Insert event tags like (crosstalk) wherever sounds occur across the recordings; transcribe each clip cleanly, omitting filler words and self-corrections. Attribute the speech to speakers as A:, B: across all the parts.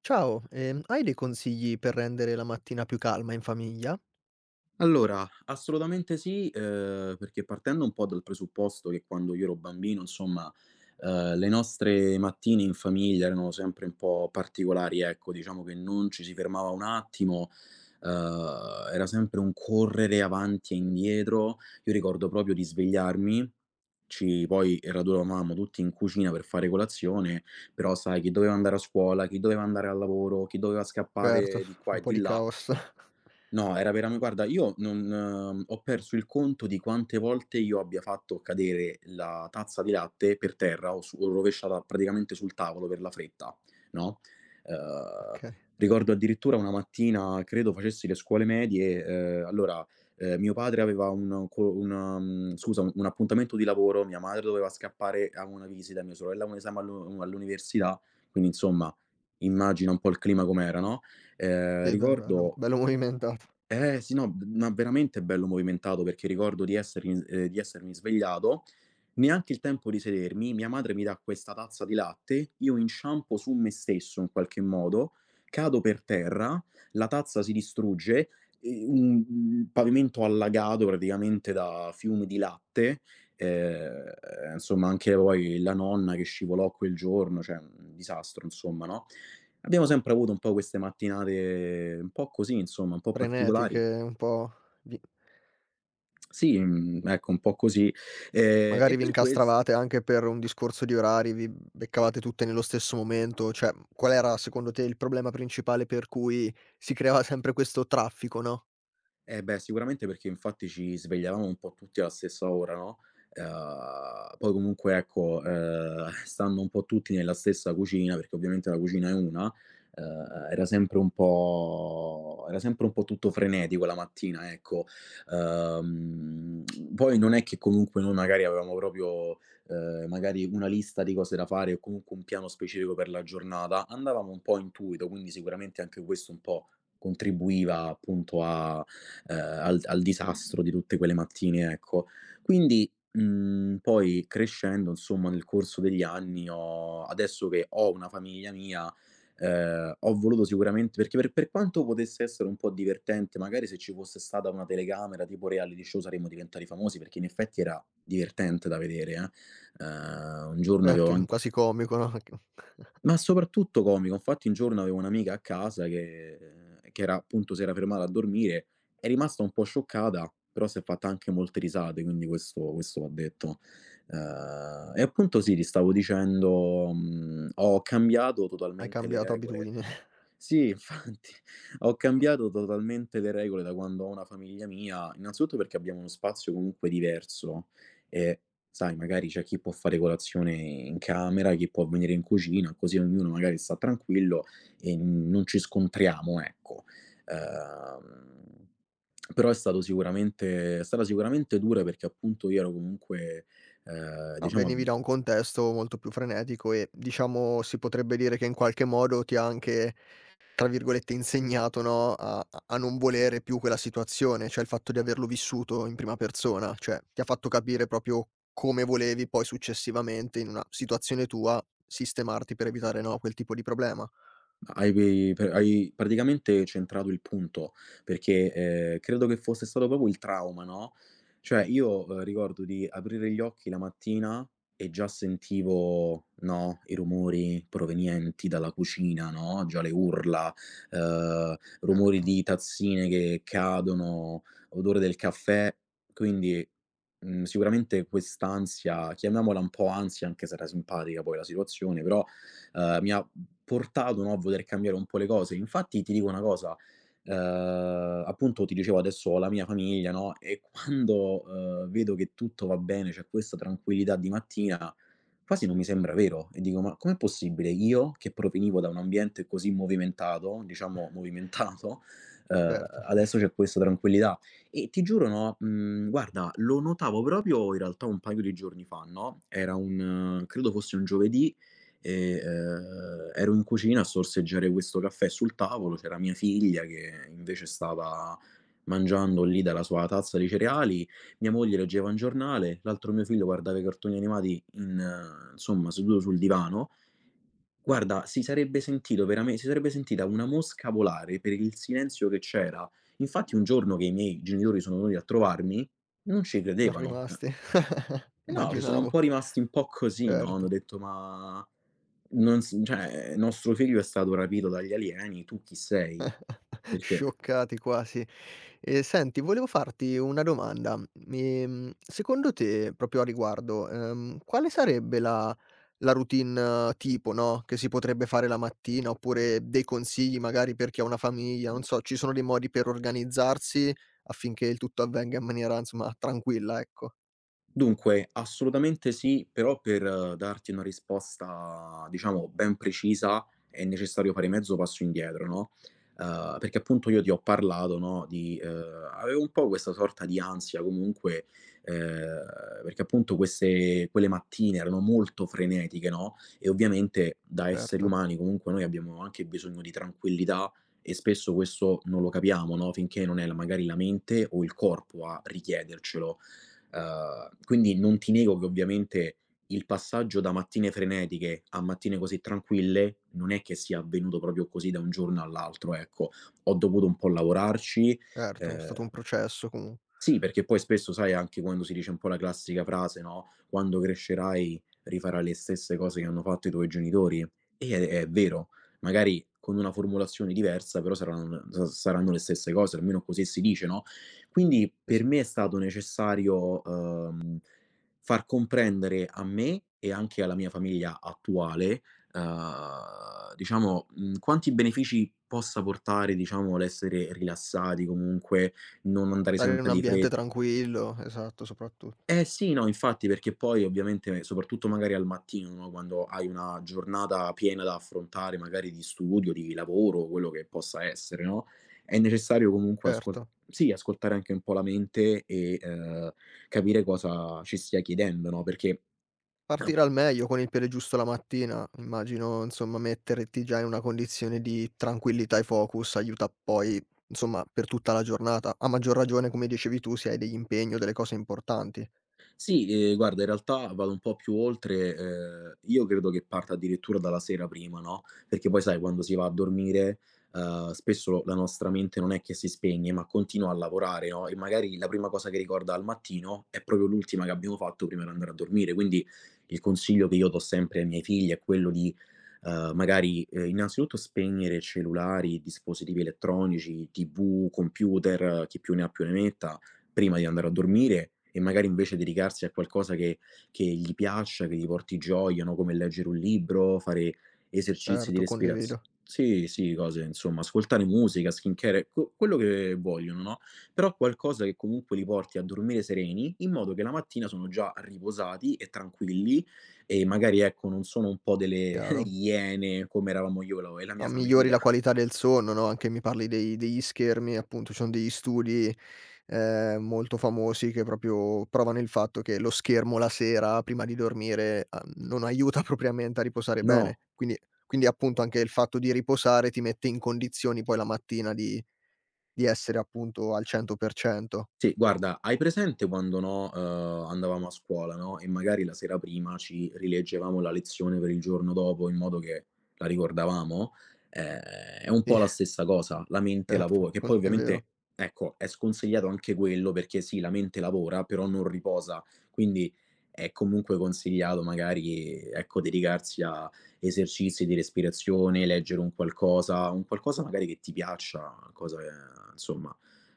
A: Ciao, hai dei consigli per rendere la mattina più calma in famiglia?
B: Allora, assolutamente sì, perché partendo un po' dal presupposto che quando io ero bambino, insomma, le nostre mattine in famiglia erano sempre un po' particolari, ecco, diciamo che non ci si fermava un attimo, era sempre un correre avanti e indietro. Io ricordo proprio di svegliarmi, ci poi radunavamo tutti in cucina per fare colazione, però sai, chi doveva andare a scuola, chi doveva andare al lavoro, chi doveva
A: Certo,
B: scappare di qua
A: un
B: e
A: po'
B: di
A: di
B: là.
A: caos. (laughs)
B: No, era veramen guarda, io non ho perso il conto di quante volte io abbia fatto cadere la tazza di latte per terra o su o rovesciata praticamente sul tavolo per la fretta, no, uhm,
A: Okay.
B: ricordo addirittura una mattina, credo facessi le scuole medie, allora, mio padre aveva un co un mhmm, scusa, un appuntamento di lavoro, mia madre doveva scappare a una visita, mia sorella ha un esame all'università, quindi insomma immagina un po' il clima com'era, no,
A: Sì, beh, bello
B: ricordo.
A: bello movimentato.
B: Eh sì, no, b ma veramente bello movimentato perché ricordo di essermi svegliato, neanche il tempo di sedermi, mia madre mi dà questa tazza di latte, io inciampo su me stesso in qualche modo, cado per terra, la tazza si distrugge, ehm, un un pavimento allagato praticamente da fiumi di latte, insomma anche poi la nonna che scivolò quel giorno, cioè un disastro insomma, no. Abbiamo sempre avuto un po' queste mattinate un po' così insomma, un po' particolari.
A: Frenetiche, un po' di...
B: Sì, mhmm, ecco un po' così.
A: Magari
B: E
A: vi
B: per ques
A: incastravate anche per un discorso di orari, vi beccavate tutte nello stesso momento, cioè qual era secondo te il problema principale per cui si creava sempre questo traffico, no?
B: Eh beh, sicuramente perché infatti ci svegliavamo un po' tutti alla stessa ora, no, poi comunque ecco, (laughs) stando un po' tutti nella stessa cucina, perché ovviamente la cucina è una, era sempre un po' tutto frenetico la mattina, ecco. Ehm, poi non è che comunque noi magari avevamo proprio, magari una lista di cose da fare o comunque un piano specifico per la giornata, andavamo un po' a intuito, quindi sicuramente anche questo un po' contribuiva appunto a al al disastro di tutte quelle mattine, ecco. Quindi, poi crescendo, insomma, nel corso degli anni ho adesso che ho una famiglia mia, ho voluto sicuramente perché per quanto potesse essere un po' divertente, magari se ci fosse stata una telecamera tipo reality show saremmo diventati famosi, perché in effetti era divertente da vedere, eh. Un giorno avevo
A: Certo, è
B: an
A: quasi comico, no, perché...
B: ma soprattutto comico. Infatti un giorno avevo un'amica a casa che era appunto si era fermata a dormire, è rimasta un po' scioccata, però s'è fatta anche molte risate, quindi questo va detto. E appunto sì, ti stavo dicendo, ho cambiato
A: Hai
B: totalmente le
A: cambiato
B: regole.
A: abitudine. (laughs)
B: Sì, infatti. (laughs) Ho cambiato totalmente le regole da quando ho una famiglia mia, innanzitutto perché abbiamo uno spazio comunque diverso e sai, magari c'è chi può fare colazione in camera, chi può venire in cucina, così ognuno magari sta tranquillo e non ci scontriamo, ecco. Ehm, però è stata sicuramente dura perché appunto io ero comunque,
A: No, venivi
B: diciamo.
A: da un contesto molto più frenetico e, diciamo, si potrebbe dire che in qualche modo ti ha anche, tra virgolette, "insegnato", no, a non volere più quella situazione, cioè il fatto di averlo vissuto in prima persona, cioè ti ha fatto capire proprio come volevi poi successivamente in una situazione tua sistemarti per evitare, no, quel tipo di problema.
B: Hai pi pre hai praticamente centrato il punto, perché, credo che fosse stato proprio il trauma, no, cioè io, ricordo di aprire gli occhi la mattina e già sentivo, no, i rumori provenienti dalla cucina, no, già le urla, rumori
A: Certo,
B: di tazzine che cadono, odore del caffè. Quindi, sicuramente quest'ansia, chiamiamola un po' ansia, anche se era simpatica poi la situazione, però, mi ha portato, no, a voler cambiare un po' le cose. Infatti ti dico una cosa, appunto ti dicevo adesso ho la mia famiglia, no, e quando, vedo che tutto va bene, c'è questa tranquillità di mattina, quasi non mi sembra vero e dico: "Ma com'è possibile io, che provenivo da un ambiente così movimentato, diciamo movimentato, ehm,
A: certo, (laughs) sì.
B: adesso c'è questa tranquillità?" E ti giuro, no, guarda, lo notavo proprio in realtà un paio di giorni fa, no, era un credo fosse un giovedì e, ero in cucina a sorseggiare questo caffè sul tavolo, c'era mia figlia che invece stava mangiando lì dalla sua tazza di cereali, mia moglie leggeva un giornale, l'altro mio figlio guardava i cartoni animati in insomma seduto sul divano. Guarda, si sarebbe sentita una mosca volare per il silenzio che c'era. Infatti un giorno che i miei genitori sono venuti a trovarmi, non ci
A: Son
B: credevano.
A: rimasti. (laughs)
B: Eh no, ci sono un
A: Immaginavo,
B: po' rimasti un po' così, no,
A: certo.
B: hanno detto: "Ma non s cioè nostro figlio è stato rapito dagli alieni, tu chi sei?
A: (laughs)
B: Perché?"
A: Scioccati quasi. E senti, volevo farti una domanda. Secondo te, proprio a riguardo, quale sarebbe la la routine tipo, no, che si potrebbe fare la mattina, oppure dei consigli magari per chi ha una famiglia, non so, ci sono dei modi per organizzarsi affinché il tutto avvenga in maniera, insomma, tranquilla, ecco.
B: Dunque, assolutamente sì, però per darti una risposta, diciamo, ben precisa è necessario fare mezzo passo indietro, no, perché appunto io ti ho parlato, no, di avevo un po' questa sorta di ansia comunque, perché appunto queste quelle mattine erano molto frenetiche, no, e ovviamente da esseri
A: Certo,
B: umani comunque noi abbiamo anche bisogno di tranquillità e spesso questo non lo capiamo, no, finché non è la magari la mente o il corpo a richiedercelo. Quindi non ti nego che ovviamente il passaggio da mattine frenetiche a mattine così tranquille non è che sia avvenuto proprio così da un giorno all'altro, ecco. Ho dovuto un po' lavorarci,
A: certo, è
B: ehm
A: stato un processo comunque.
B: sì, perché poi spesso sai anche quando si dice un po' la classica frase, no, quando crescerai rifarai le stesse cose che hanno fatto i tuoi genitori. E è vero, magari con una formulazione diversa, però saranno le stesse cose, almeno così si dice, no, quindi
A: Sì, sì.
B: per me è stato necessario, far comprendere a me e anche alla mia famiglia attuale, diciamo, quanti benefici possa portare, diciamo, l'essere rilassati, comunque, non andare
A: Stare in un
B: sempre di
A: ambiente
B: fretta.
A: tranquillo, esatto, soprattutto.
B: Eh sì, no, infatti, perché poi ovviamente, soprattutto magari al mattino, no, quando hai una giornata piena da affrontare, magari di studio, di lavoro, quello che possa essere, no, è necessario comunque ascol
A: Certo.
B: sì, ascoltare anche un po' la mente e, capire cosa ci stia chiedendo, no. perché a
A: Partire al meglio con il piede giusto la mattina, immagino, insomma metterti già in una condizione di tranquillità e focus aiuta poi, insomma, per tutta la giornata. A maggior ragione, come dicevi tu, se hai degli impegni o delle cose importanti.
B: Sì, guarda in realtà vado un po' più oltre, io credo che parta addirittura dalla sera prima, no, perché poi sai quando si va a dormire, spesso la nostra mente non è che si spegne, ma continua a lavorare, no, e magari la prima cosa che ricorda al mattino è proprio l'ultima che abbiamo fatto prima di andare a dormire. Quindi il consiglio che io do sempre ai miei figli è quello di, magari, innanzitutto spegnere cellulari, dispositivi elettronici, TV, computer, chi più ne ha più ne metta, prima di andare a dormire e magari invece dedicarsi a qualcosa che gli piaccia, che gli porti gioia, no, come leggere un libro, fare esercizi di
A: Certo, condivido,
B: respiraz sì, sì, cose insomma, ascoltare musica, skincare, q quello che vogliono, no, però qualcosa che comunque li porti a dormire sereni, in modo che la mattina sono già riposati e tranquilli e magari, ecco, non sono un po' delle (laughs)
A: chiaro.
B: iene come eravamo io e la
A: No,
B: mia
A: migliori
B: famiglia.
A: la qualità del sonno, no, anche mi parli dei degli schermi, appunto, ci sono degli studi, molto famosi che proprio provano il fatto che lo schermo la sera prima di dormire, non aiuta (laughs) propriamente a riposare bene.
B: No.
A: Quindi, quindi appunto anche il fatto di riposare ti mette in condizioni poi la mattina di essere appunto al 100%.
B: Sì, guarda, hai presente quando, no, andavamo a scuola, no, e magari la sera prima ci rileggevamo la lezione per il giorno dopo in modo che la ricordavamo? Ehm, è un po'
A: Sì,
B: la
A: (laughs)
B: stessa cosa, la mente
A: certo,
B: lavo
A: (laughs)
B: che
A: con
B: poi
A: è vero,
B: ovviamente, ecco, è sconsigliato anche quello perché sì, la mente lavora, però non riposa, quindi è comunque consigliato magari, ecco, dedicarsi a esercizi di respirazione, leggere un qualcosa magari che ti piaccia, cose insomma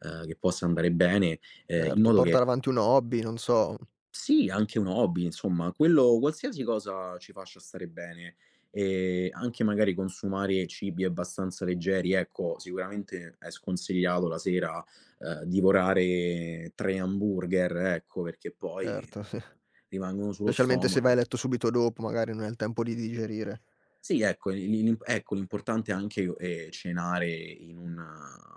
B: che possa andare bene, in
A: certo.
B: modo che.
A: Portare avanti un hobby, non so,
B: Sì, anche un hobby, insomma, quello qualsiasi cosa ci faccia stare bene. Anche magari consumare cibi abbastanza leggeri, ecco, sicuramente è sconsigliato la sera, divorare 3 hamburger, ecco, perché poi,
A: certo, sì.
B: rimangono sullo
A: Specialmente se vai
B: stomaco.
A: a letto subito dopo, magari non hai il tempo di digerire.
B: Sì, ecco, i li l'im ecco, l'importante è anche, cenare in un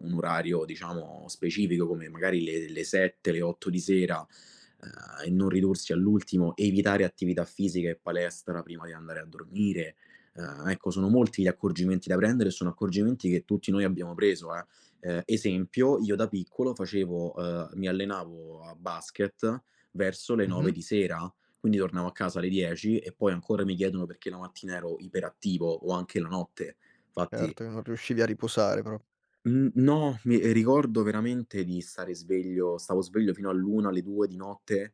B: un orario, diciamo, specifico come magari le 7, le 8 di sera, e non ridursi all'ultimo, evitare attività fisica e palestra prima di andare a dormire. Ecco, sono molti gli accorgimenti da prendere e sono accorgimenti che tutti noi abbiamo preso, eh. Esempio, io da piccolo facevo mi allenavo a basket verso le
A: Mh-mh.
B: 9 di sera, quindi tornavo a casa alle 10 e poi ancora mi chiedono perché la mattina ero iperattivo o anche la notte. Infatti,
A: Certo, che non riuscivi a riposare pro...
B: mhmm, no, mi ricordo veramente di stare sveglio stavo sveglio fino all'1, alle 2 di notte,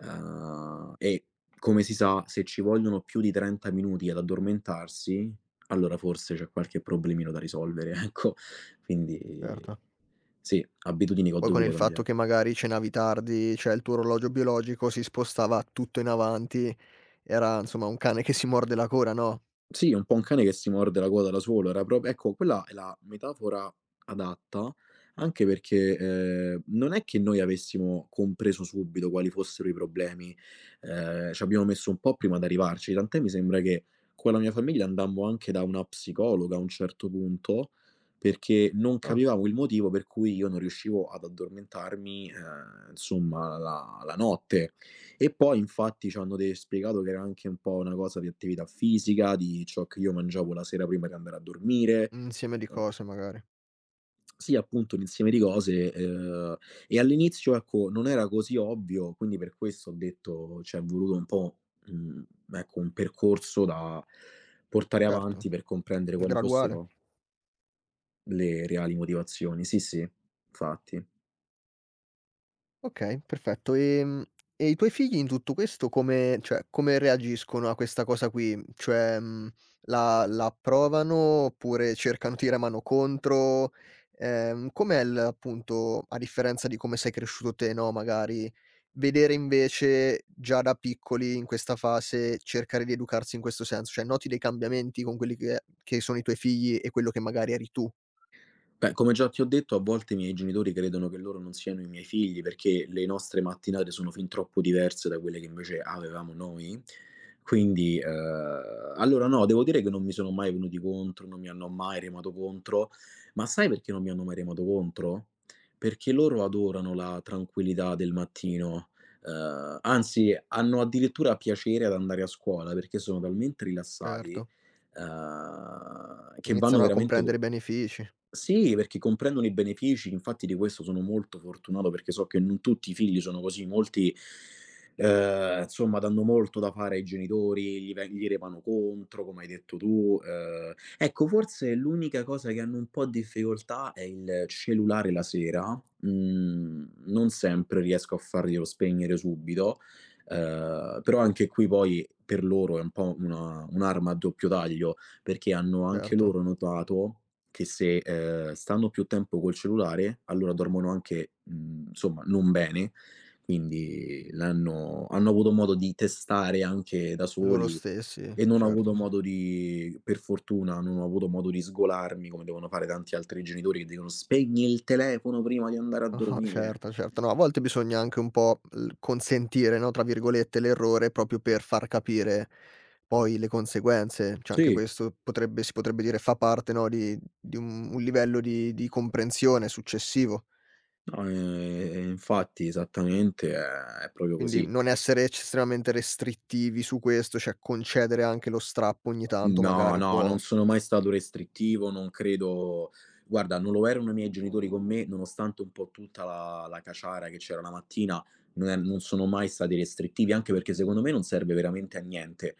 B: e come si sa, se ci vogliono più di 30 minuti ad addormentarsi, allora forse c'è qualche problemino da risolvere, (laughs) ecco. Quindi
A: certo.
B: sì, abitudini che ho
A: Poi con il
B: dovuto
A: fatto che
B: cambiare.
A: magari cenavi tardi, cioè il tuo orologio biologico si spostava tutto in avanti, era insomma un cane che si morde la coda, no?
B: Sì, un po' un cane che si morde la coda da solo, era prop ecco quella è la metafora adatta, anche perché, non è che noi avessimo compreso subito quali fossero i problemi, ci abbiamo messo un po' prima ad arrivarci, tant'è mi sembra che con la mia famiglia andammo anche da una psicologa a un certo punto, perché non
A: Ah,
B: capivamo il motivo per cui io non riuscivo ad addormentarmi, insomma la notte. E poi infatti c'hanno de spiegato che era anche un po' una cosa di attività fisica, di ciò che io mangiavo la sera prima di andare a dormire.
A: un insieme di cose magari.
B: Sì, appunto un insieme di cose, e all'inizio, ecco, non era così ovvio, quindi per questo ho detto c'è voluto un po', mhmm, ecco, un percorso da portare
A: Certo,
B: avanti per comprendere quali
A: graduale.
B: fossero le reali motivazioni. Sì, sì, infatti.
A: Okay, perfetto. E i tuoi figli in tutto questo come, cioè, come reagiscono a questa cosa qui? Cioè, la la approvano oppure cercano, ti remano contro? Com'è il appunto, a differenza di come sei cresciuto te, no, magari, vedere invece già da piccoli in questa fase cercare di educarsi in questo senso, cioè noti dei cambiamenti con quelli che sono i tuoi figli e quello che magari eri tu?
B: Beh, come già ti ho detto, a volte i miei genitori credono che loro non siano i miei figli perché le nostre mattinate sono fin troppo diverse da quelle che invece avevamo noi. Quindi, allora no, devo dire che non mi sono mai venuti contro, non mi hanno mai remato contro, ma sai perché non mi hanno mai remato contro? Perché loro adorano la tranquillità del mattino, anzi hanno addirittura piacere ad andare a scuola perché sono talmente rilassati,
A: Certo.
B: che vanno
A: Iniziano a
B: veramente co
A: comprendere i benefici,
B: sì, perché comprendono i benefici, infatti di questo sono molto fortunato perché so che non tutti i figli sono così, molti, insomma danno molto da fare ai genitori, gli remano contro, come hai detto tu. Ecco forse l'unica cosa che hanno un po' di difficoltà è il cellulare la sera, mhmm, non sempre riesco a farglielo spegnere subito, però anche qui poi per loro è un po' una un'arma a doppio taglio, perché hanno anche
A: certo.
B: loro notato che se, stanno più tempo col cellulare, allora dormono anche, mhmm, insomma non bene, quindi l'hanno hanno avuto modo di testare anche da
A: Loro
B: soli
A: stessi,
B: e non ho
A: certo,
B: avuto
A: sì. (laughs)
B: modo di per fortuna, non ho avuto modo di sgolarmi come devono fare tanti altri genitori che dicono: "Spegni il telefono prima di andare a
A: Ah-ah,
B: dormire", ecco.
A: certo, certo. No, a volte bisogna anche un po' l "consentire", no, tra virgolette, l'errore proprio per far capire poi le conseguenze. Cioè anche
B: Sì,
A: questo potrebbe, si potrebbe dire, fa parte, no, di un livello di comprensione successivo.
B: no, infatti esattamente è proprio
A: Quindi
B: così.
A: non essere ec... estremamente restrittivi su questo, cioè concedere anche lo strappo ogni tanto
B: No,
A: magari
B: no, non
A: può...
B: sono mai stato restrittivo, non credo guarda, non lo erano i miei genitori con me, nonostante un po' tutta la caciara che c'era la mattina, non sono mai stati restrittivi, anche perché secondo me non serve veramente a niente.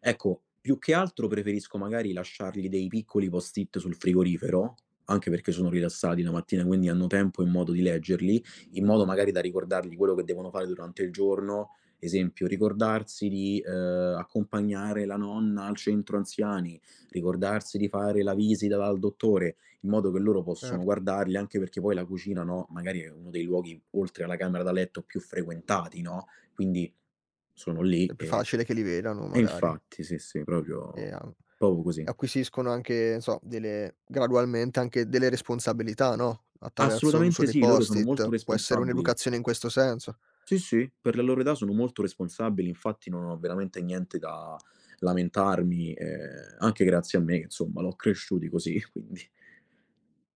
B: Ecco, più che altro preferisco magari lasciargli dei piccoli post-it sul frigorifero, anche perché sono rilassati la mattina, quindi hanno tempo e modo di leggerli, in modo magari da ricordargli quello che devono fare durante il giorno, esempio, ricordarsi di, accompagnare la nonna al centro anziani, ricordarsi di fare la visita dal dottore, in modo che loro possono
A: Certo.
B: guardarli, anche perché poi la cucina, no, magari è uno dei luoghi, oltre alla camera da letto, più frequentati, no, quindi sono lì
A: È più facile che li vedano
B: e
A: magari.
B: infatti, sì, sì,
A: E a...
B: proprio così.
A: acquisiscono anche, non so, delle gradualmente anche delle responsabilità, no, attraverso l'uso
B: Assolutamente
A: dei
B: sì, loro sono molto
A: post-it. Può essere
B: responsabili.
A: un'educazione in questo senso.
B: Sì, sì, per la loro età sono molto responsabili, infatti non ho veramente niente da lamentarmi, anche grazie a me che insomma l'ho cresciuti così, (laughs) quindi.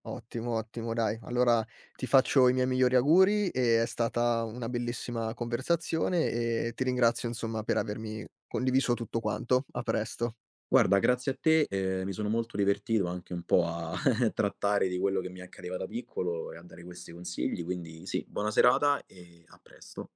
A: Ottimo, ottimo dai. Allora ti faccio i miei migliori auguri e è stata una bellissima conversazione e ti ringrazio insomma per avermi condiviso tutto quanto. A presto.
B: Guarda, grazie a te, mi sono molto divertito anche un po' a (laughs) trattare di quello che mi accadeva da piccolo e a dare questi consigli, quindi sì, buona serata e a presto.